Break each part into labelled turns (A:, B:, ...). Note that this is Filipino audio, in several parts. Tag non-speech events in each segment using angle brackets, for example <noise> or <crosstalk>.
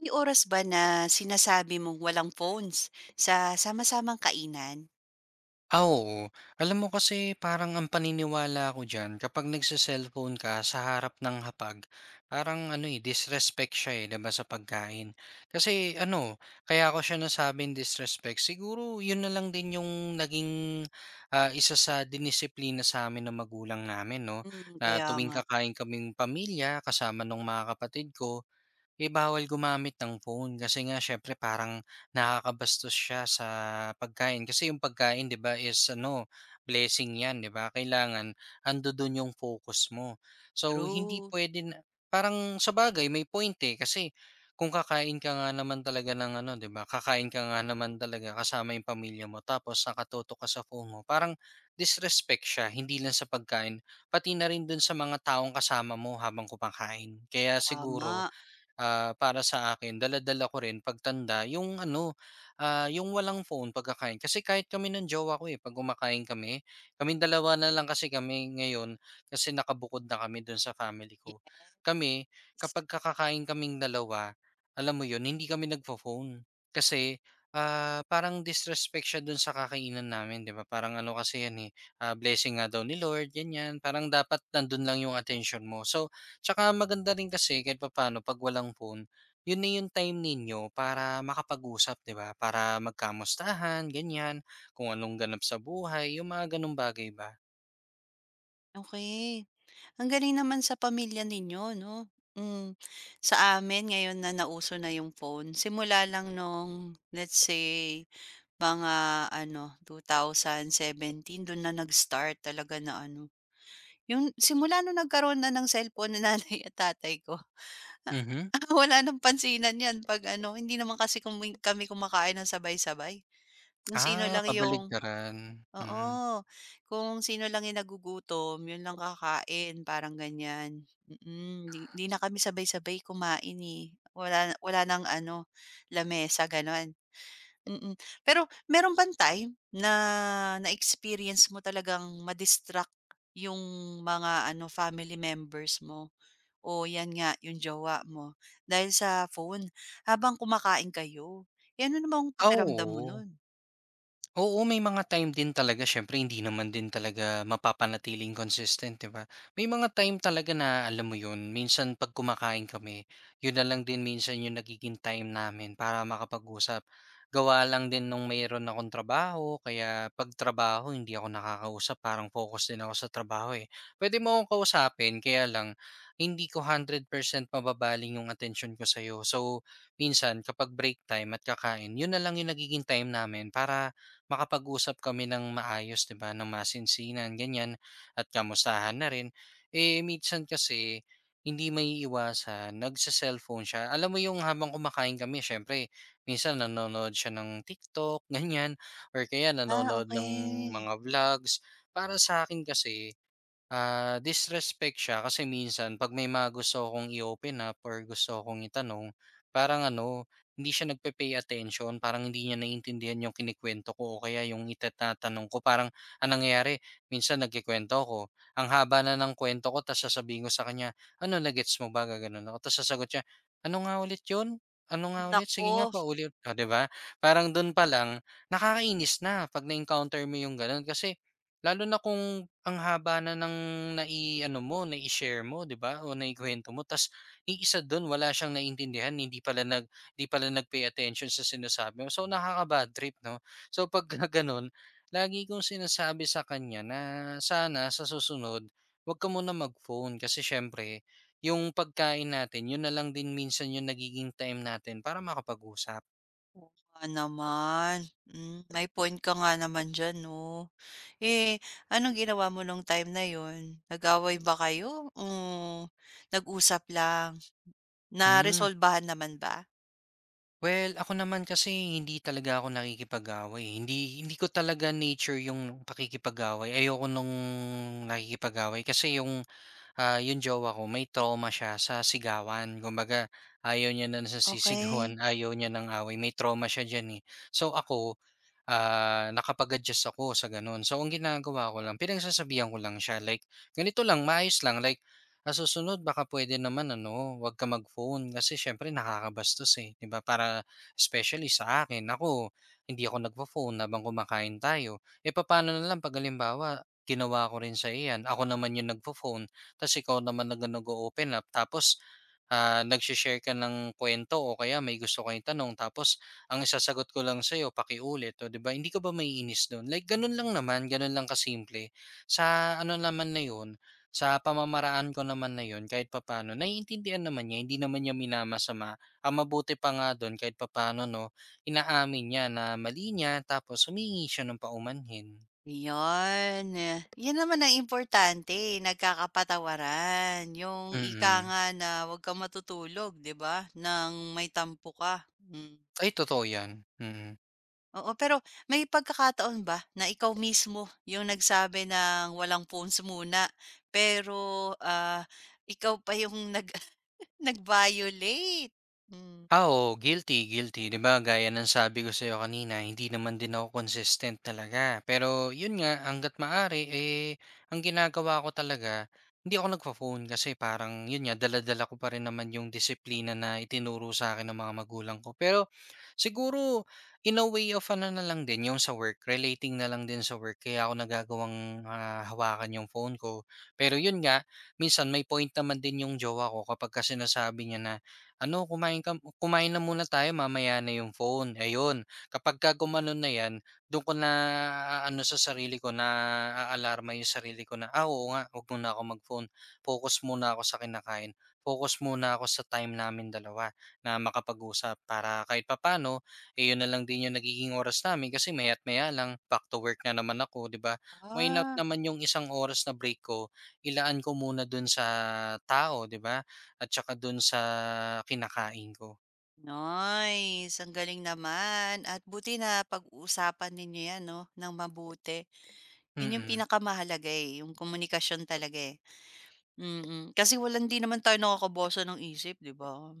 A: May oras ba na sinasabi mong walang phones sa sama-samang kainan?
B: Ah, oo. Alam mo kasi parang ang paniniwala ko diyan kapag nagse-cellphone ka sa harap ng hapag, parang ano eh, disrespect siya eh, 'di ba sa pagkain. Kasi ano, kaya ko siya nasabing disrespect. Siguro 'yun na lang din yung naging ah, isa sa dinisiplina sa amin ng magulang namin, no?
A: Hmm,
B: Na
A: kaya
B: tuwing
A: nga.
B: kakain kaming pamilya kasama ng mga kapatid ko, eh, bawal gumamit ng phone kasi nga syempre parang nakakabastos siya sa pagkain. Kasi yung pagkain, 'di ba, is ano, blessing 'yan, 'di ba? Kailangan ando doon yung focus mo. So hindi
A: True,
B: pwede na parang sa bagay may point eh kasi kung kakain ka nga naman talaga ng ano, 'di ba? Kakain ka nga naman talaga kasama yung pamilya mo tapos nakatutok ka sa phone mo. Parang disrespect siya hindi lang sa pagkain, pati na rin dun sa mga taong kasama mo habang kumakain. Kaya siguro
A: tama.
B: ah, para sa akin dala-dala ko rin pagtanda yung ano, ah, yung walang phone pagkakain. Kasi kahit kami ng jowa ko, eh, 'pag kumakain kami, kaming dalawa na lang kasi kami ngayon kasi nakabukod na kami dun sa family
A: Ye
B: ko. Kami, kapag ka kakain kaming dalawa, alam mo yun, hindi kami nagfo-phone. Kasi, ah, parang disrespect siya dun sa kakainan namin, 'di ba? Parang ano kasi yan, eh, ah, blessing nga daw ni Lord, ganyan. Parang dapat nandun lang yung attention mo. So, tsaka maganda rin kasi kahit papaano 'pag walang phone, yun na yung time ninyo para makapag-usap, 'di ba? Para magkamustahan, ganyan, kung anong ganap sa buhay, yung mga gano'ng bagay ba.
A: okey. Ang galing naman sa pamilya ninyo 'no? Hmm. Sa amin ngayon na nauso na yung phone, simula lang nung let's say mga 2017 dun na nag-start talaga na ano, yung simula nung nagkaroon na ng cellphone na nanay at tatay ko. Ah,
B: Mhm.
A: <laughs> wala ng pansinan 'yan 'pag ano, hindi naman kasi kami kumakain ng sabay-sabay. Kung sino
B: Ah,
A: lang yung
B: kabaligtaran, mm.
A: Oo, kung sino lang yung nagugutom, yun lang kakain, parang ganyan. Mm, 'di na kami sabay-sabay kumain, eh. Wala wala nang ano, lamesa, gano'n. Mm. Pero meron bang time na na-experience mo talagang madistract yung mga ano, family members mo? O 'yan nga, yung jowa mo, dahil sa phone habang kumakain kayo. Eh, ano namang
B: Ah,
A: pakiramdam mo
B: oo.
A: nun?
B: Oo, may mga time din talaga syempre hindi naman din talaga mapapanatiling consistent, 'di ba? May mga time talaga na alam mo 'yun, minsan 'pag kumakain kami, 'yun na lang din minsan 'yung nagiging time namin para makapag-usap. Gawa lang din nung mayroon akong trabaho, kaya 'pag trabaho hindi ako nakakausap, parang focus din ako sa trabaho, eh. Puwede mo akong kausapin, kaya lang hindi ko 100% mababaling 'yung attention ko sa'yo. So, minsan kapag break time at kakain, 'yun na lang 'yung nagiging time namin para makapag-usap kami ng maayos, 'di ba, ng masinsinan, ganyan, at kamustahan na rin. Eh, minsan kasi hindi maiiwasan, nagse-cellphone siya. Alam mo yung habang kumakain kami siyempre minsan nanonood siya ng TikTok, <laughs> ganyan, or kaya
A: Ah,
B: nanonood ng
A: okay.
B: mga vlogs. Para sa akin kasi ah, disrespect siya kasi minsan 'pag may mga gusto akong i-open up or gusto akong itanong, parang ano, hindi siya nagpe-pay attention, parang hindi niya naiintindihan yung kinikwento ko o kaya yung itinatanong ko. Parang anong nangyayari, minsan nagkukuwento ko ang haba na ng kwento ko tapos sasabihin ko sa kanya, "Ano, nagets mo ba?" Gaganon ako. Tapos sasagot siya, "Ano nga ulit yun? Ano nga ulit? Sige nga,
A: Naku,
B: pa ulit 'di ba? Parang dun pa lang, nakakainis na 'pag na-encounter mo yung ganun kasi lalo na kung ang haba na ng nai-ano mo, nai-share mo, 'di ba, o naikuwento mo ta's yung isa do'n wala siyang naintindihan, hindi pala nag-pay attention sa sinasabi mo. So, nakaka-bad trip, 'no? So, pag <laughs> gano'n, lagi kong sinasabi sa kanya na sana sa susunod, huwag ka muna mag-phone kasi siyempre yung pagkain natin, yun na lang din minsan yung nagiging time natin para makapag-usap.
A: oo nga naman. Hmm, may point ka nga naman diyan 'no. Eh, anong ginawa mo nung time na yon? Nag-away ba kayo o nag-usap lang?
B: Hmm.
A: Naresolbahan naman ba?
B: Well, ako naman kasi hindi talaga ako nakikipag-away. Hindi hindi ko talaga nature yung pakikipag-away. Ayoko nung nakikipag-away kasi yung ah, yung jowa ko may trauma siya sa sigawan. Kumbaga, ayaw niya na sa
A: Okay.
B: sisigawan, <laughs> ayaw niya ng away. May trauma siya diyan eh. So ako, ah, nakapag-adjust ako sa gano'n. So, ang ginagawa ko lang, pinagsasabihan ko lang siya, like, ganito lang, maayos lang, like, sa susunod, baka pwede naman, ano, wag ka mag-phone kasi syempre nakakabastos eh, di ba? Para, especially sa akin, ako, hindi ako nagpo-phone habang kumakain tayo. E, paano na lang pag halimbawa, ginawa ko rin sa iyan, ako naman yung nagpo-phone, tapos ikaw naman na nag-open up, tapos ah, nagse ka ng kwento, o kaya may gusto kayong tanong tapos ang isasagot ko lang sa'yo pakiulit o 'di ba, hindi ka ba maiinis do'n? Like gano'n lang naman, gano'n lang kasimple. Sa ano naman na 'yun, sa pamamaraan ko naman na 'yun kahit papaano naiintindihan naman niya, hindi naman niya minamasama. Ang mabuti pa nga do'n kahit papaano 'no, inaamin niya na mali niya tapos humingi siya ng paumanhin.
A: Yun, yun naman ang importante, eh, nagkakapatawaran. Yung ika
B: Mm.
A: nga na huwag kang matutulog, 'di ba, nang may tampo ka, hmm.
B: Ay totoo 'yan, mm.
A: Oo, pero may pagkakataon ba na ikaw mismo yung nagsabi ng walang phones muna, pero, ah, ikaw pa yung nag <laughs> nag-violate? Hmm,
B: Ah, oo, guilty, guilty. 'Di ba gaya ng sabi ko sa'yo kanina, hindi naman din ako consistent talaga. Pero yun nga, hangga't maaari, eh, ang ginagawa ko talaga, hindi ako nagpo-phone kasi parang yun nga, dala-dala ko pa rin naman yung disiplina na itinuro sa akin ng mga magulang ko. Pero siguro in a way of ano na lang din, yung sa work, relating na lang din sa work kaya ako nagagawang, ah, hawakan yung phone ko. Pero yun nga, minsan may point naman din yung jowa ko kapag kasi nasabi niya na ano, "Kumain ka kumain na muna tayo mamaya na yung phone." Ayun, kapagka gumanon na 'yan, do'n ko naaano sa sarili ko, na naaalarma yung sarili ko na, "Ah, oo nga, 'wag muna ako mag-phone. Focus muna ako sa kinakain. Focus muna ako sa time namin dalawa na makapag-usap para kahit papano. Eh, 'yun na lang din yung nagiging oras namin kasi maya't maya lang back to work na naman ako, 'di ba? Why not
A: ah,
B: naman yung isang oras na break ko, ilaan ko muna dun sa tao, 'di ba? At saka dun sa kinakain ko,
A: nice, ang galing naman at buti napag-uusapan ninyo 'yan 'no, nang mabuti. Yun yung
B: mm.
A: pinakamahalaga, eh, yung komunikasyon talaga, eh, mm. Kasi walang 'di naman tayo nakakabosa ng isip, 'di ba?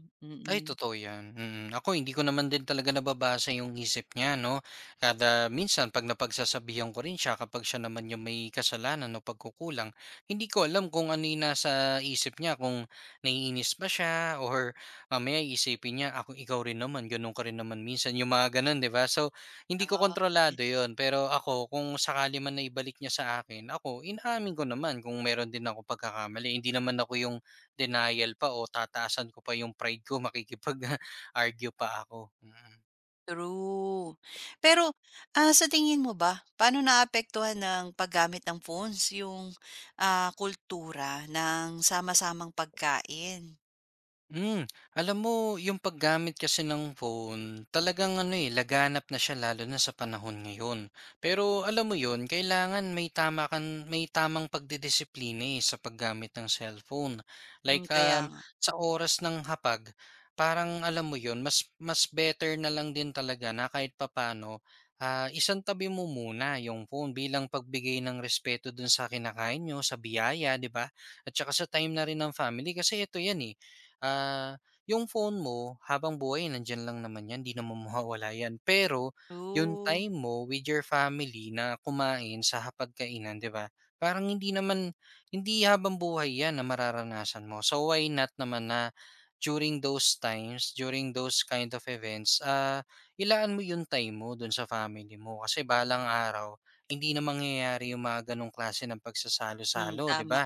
B: Ay
A: Mm.
B: totoo 'yan, mm. Ako hindi ko naman din talaga nababasa yung isip niya 'no, kada minsan 'pag napagsasabihan ko rin siya kapag siya naman yung may kasalanan o pagkukulang, hindi ko alam kung ano yung nasa isip niya, kung naiinis ba siya or mamaya iisipin niya, ako ikaw rin naman gano'n ka rin naman minsan, yung mga gano'n 'di ba? So, hindi ko kontrolado
A: Yes,
B: yon, pero ako kung sakali man na ibalik niya sa akin, ako inaamin ko naman kung meron din ako pagkakamali, hindi naman ako yung denial pa o tataasan ko pa yung pride ko <laughs> makikipag, ah, argue <laughs> pa ako, mm.
A: true. Pero, ah, sa tingin mo ba, paano naapektuhan ng paggamit ng phones yung, ah, kultura ng sama-samang pagkain?
B: Hmm, alam mo yung paggamit kasi ng phone, talagang ano, eh, laganap na siya lalo na sa panahon ngayon. Pero alam mo yun, kailangan may tama kang may tamang pagdidisiplina, eh, sa paggamit ng cellphone.
A: Hmm,
B: Like,
A: kaya nga.
B: sa oras ng hapag, parang alam mo yun, mas mas better na lang din talaga na kahit papaano, ah, isantabi mo muna yung phone bilang pagbigay ng respeto dun sa kinakain nyo, sa biyaya, di ba? At saka sa time na rin ng family kasi ito yan eh ah, yung phone mo habang buhay nandiyan lang naman 'yan, 'di naman <laughs> mawawala 'yan. Pero yung
A: True.
B: time mo with your family na kumain sa hapagkainan, 'di ba? Parang hindi habang buhay 'yan na mararanasan mo. So why not naman na during those times, during those kind of events, ah, ilaan mo yung time mo dun sa family mo kasi balang araw hindi na mangyayari yung mga ganong klase ng
A: Hmm,
B: pagsasalo-salo, 'di
A: tama.
B: ba?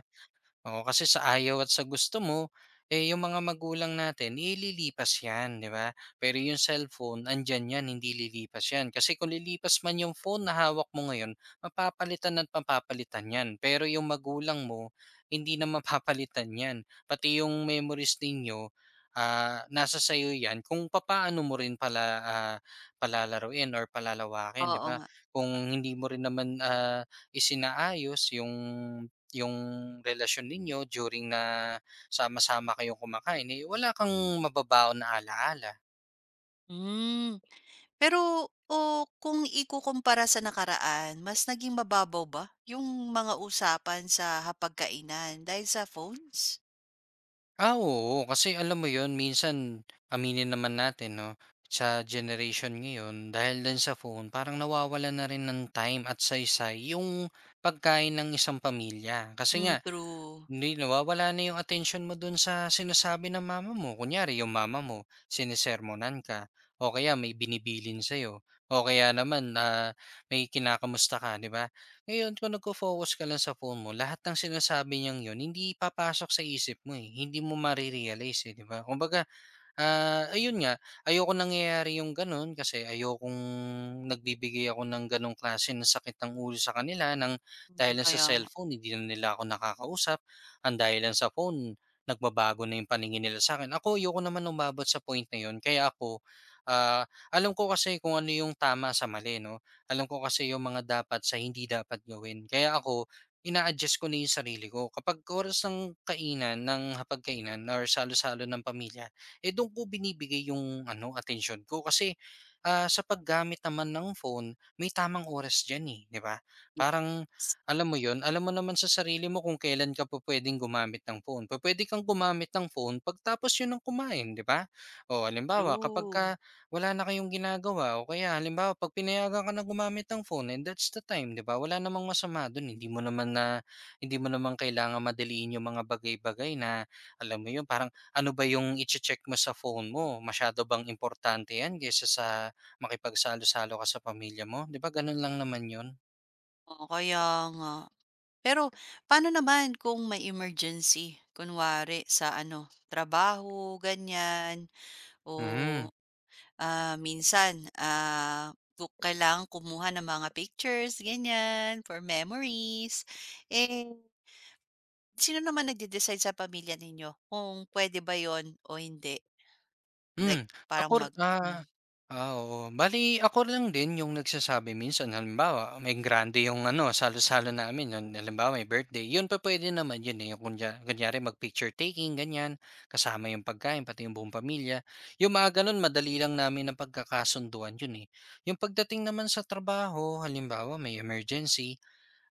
B: Oo, kasi sa ayaw at sa gusto mo, eh, yung mga magulang natin, ililipas yan, di ba? Pero yung cellphone, andyan yan, hindi lilipas yan. Kasi kung lilipas man yung phone na hawak mo ngayon, mapapalitan at mapapalitan yan. Pero yung magulang mo, hindi na mapapalitan yan. Pati yung memories ninyo, ah, nasa sayo yan kung papaano mo rin pala ah, palalaruin or palalawakin, di
A: Oo
B: ba?
A: nga.
B: Kung hindi mo rin naman ah, isinaayos yung yung relasyon ninyo during na sama-sama kayong kumakain, eh, wala kang mababaon na alaala?
A: Hmm. Pero o kung ikukumpara sa nakaraan, mas naging mababaw ba yung mga usapan sa hapagkainan dahil sa phones?
B: Ah, oo, kasi alam mo yon, minsan aminin naman natin 'no, sa generation ngayon dahil din sa phone parang nawawala na rin ng time at saysay yung pagkain ng isang pamilya. Kasi
A: Hmm,
B: nga
A: true.
B: hindi, nawawala na yung attention mo dun sa sinasabi ng mama mo. Kunyari, yung mama mo, sinisermonan ka, o kaya may binibilin sa'yo, o kaya naman ah, may kinakamusta ka, di ba? Ngayon, kung nagko-focus ka lang sa phone mo, lahat ng sinasabi niyang yun, hindi papasok sa isip mo eh. Hindi mo marirealize eh, di ba? Kumbaga, ah, ayun nga, ayokong nangyayari yung gano'n kasi ayokong nagbibigay ako ng gano'ng klase ng sakit ng ulo sa kanila ng
A: Hmm,
B: dahil lang sa
A: kaya nga.
B: cellphone hindi na nila ako nakakausap, ang dahil lang sa phone nagbabago na yung paningin nila sa akin. Ako ayoko naman umabot sa point na yun kaya ako, ah, alam ko kasi kung ano yung tama sa mali 'no, alam ko kasi yung mga dapat sa hindi dapat gawin. Kaya ako ina-adjust ko na yung sarili ko kapag oras ng kainan, ng hapagkainan or salo-salo ng pamilya eh do'n ko binibigay yung ano, attention ko kasi, ah, sa paggamit naman ng phone may tamang oras diyan, eh, 'di ba? Parang
A: Yes.
B: alam mo yon alam mo naman sa sarili mo kung kailan ka pupuwedeng gumamit ng phone. Pupuwede kang gumamit ng phone pagtapos yun ng kumain, 'di ba? O halimbawa
A: True.
B: kapagka wala na kayong ginagawa o kaya halimbawa 'pag pinayagan ka na gumamit ng phone and that's the time, 'di ba? Wala namang masama do'n, hindi mo naman kailangan madaliin yung mga bagay-bagay na alam mo 'yun, parang ano ba yung iche-check mo sa phone mo? Masyado bang importante 'yan kaysa sa makipagsalo-salo ka sa pamilya mo? 'Di ba gano'n lang naman 'yun?
A: Oo, kaya nga. Pero paano naman kung may emergency? Kunwari sa ano, trabaho, ganyan,
B: Hmm.
A: o ah, minsan ah, kailangan kumuha ng mga pictures, ganyan, for memories. Eh, sino naman nagde-decide sa pamilya ninyo kung puwede ba yon o hindi? Like
B: Hmm,
A: parang
B: ako
A: mag mm,
B: ah, ah, oo. Bale ako lang din yung nagsasabi minsan halimbawa may grande yung ano salo-salo namin yun halimbawa may birthday yun pupuwede naman yun, eh, yung kunya kunyari mag picture taking ganyan, kasama yung pagkain pati yung buong pamilya. Yung mga ganun madali lang namin ang pagkakasunduan yun, eh. Yung pagdating naman sa trabaho halimbawa may emergency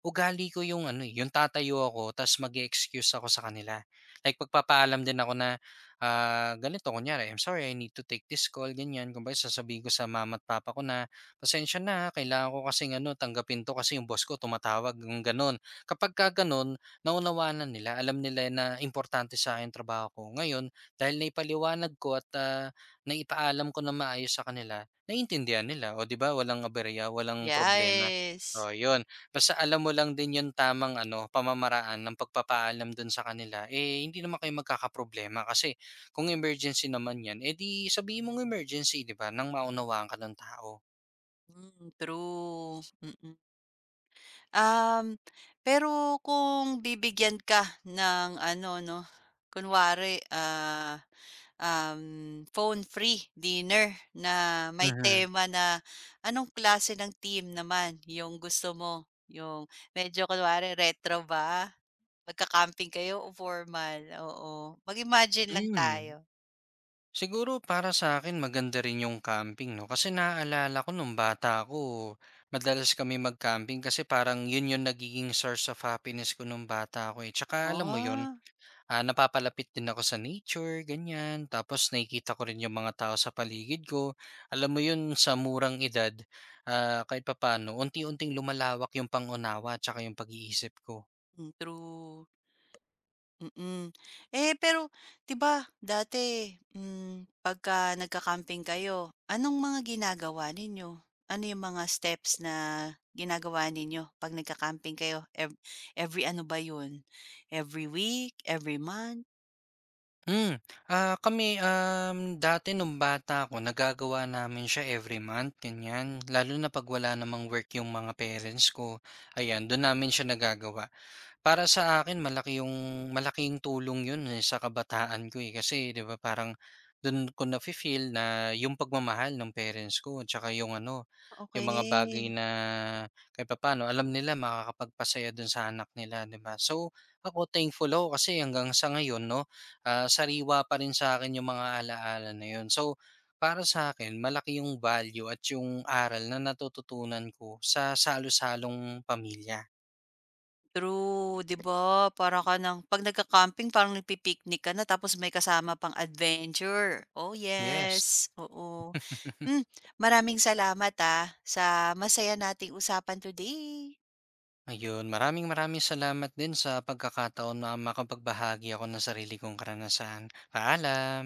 B: ugali ko yung ano, eh, yung tatayo ako ta's mag excuse ako sa kanila. Like magpapaalam din ako na, ah, ganito kunyari, "I'm sorry, I need to take this call," ganyan. Kumbaga sasabihin ko sa mama at papa ko na, "Pasensya na ha, kailangan ko kasing ano, tanggapin 'to kasi yung boss ko tumatawag," yung gano'n. Kapag gano'n, naunawaan na nila, alam nila na importante sa'kin yung trabaho ko. Ngayon, dahil naipaliwanag ko at, ah, naipaalam ko na maayos sa kanila, naiintindihan nila. O 'di ba walang aberya, walang problema.
A: yes.
B: Oh, 'yun. Basta alam mo lang din yung tamang ano, pamamaraan ng pagpapaalam dun sa kanila, eh, hindi naman kayo magkakaproblema kasi kung emergency naman 'yan, eh, di sabihin mong emergency, 'di ba, nang maunawaan ka ng tao.
A: Hmm, true, mm. Um, pero kung bibigyan ka ng ano 'no, kunwari, ah, phone free dinner na may
B: Mhm.
A: tema na anong klase ng theme naman yung gusto mo? Yung medyo kunwari retro ba? Magka-camping kayo o formal, oo. Mag-imagine lang
B: Hmm.
A: tayo.
B: Siguro para sa akin maganda rin yung camping 'no, kasi naalala ko nung bata ako, madalas kami mag-camping kasi parang yun yung nagiging source of happiness ko nung bata ako, eh, 'tsaka alam mo yun,
A: Ah,
B: ah, napapalapit din ako sa nature, ganyan. Tapos nakikita ko rin yung mga tao sa paligid ko. Alam mo yun, sa murang edad, ah, kahit papaano, unti-unting lumalawak yung pangunawa at saka yung pag-iisip ko.
A: hmm, true, mm. Eh, pero 'di ba dati, hmm, pagka nagka-camping kayo, anong mga ginagawa ninyo? Ano yung mga steps na ginagawa ninyo 'pag nagka-camping kayo? Every ano ba yun? Every week, every month?
B: Hmm. Ah, kami dati nung bata ako, nagagawa namin siya every month, ganyan. Lalo na pag wala namang work yung mga parents ko. Ayan, doon namin siya nagagawa. Para sa akin malaki yung malaking tulong yun, eh, sa kabataan ko, eh. Kasi 'di ba parang dun ko nafi-feel na yung pagmamahal ng parents ko tsaka yung ano, yung mga bagay
A: Okay.
B: na kahit papaano alam nila makakapagpasaya dun sa anak nila, 'di ba? So, ako thankful ako kasi hanggang sa ngayon 'no, ah, sariwa pa rin sa akin yung mga alaala na yun. So, para sa akin malaki yung value at yung aral na natututunan ko sa salo-salong pamilya.
A: True, 'di ba? Para ka ng 'pag nagka-camping parang nagpi-picnic ka na tapos may kasama pang adventure. Oh,
B: Yes.
A: yes, oo. Hmm, maraming salamat, ah, sa masaya nating usapan today.
B: Ayun, maraming maraming salamat din sa pagkakataon na makapagbahagi ako ng sarili kong karanasan. Paalam!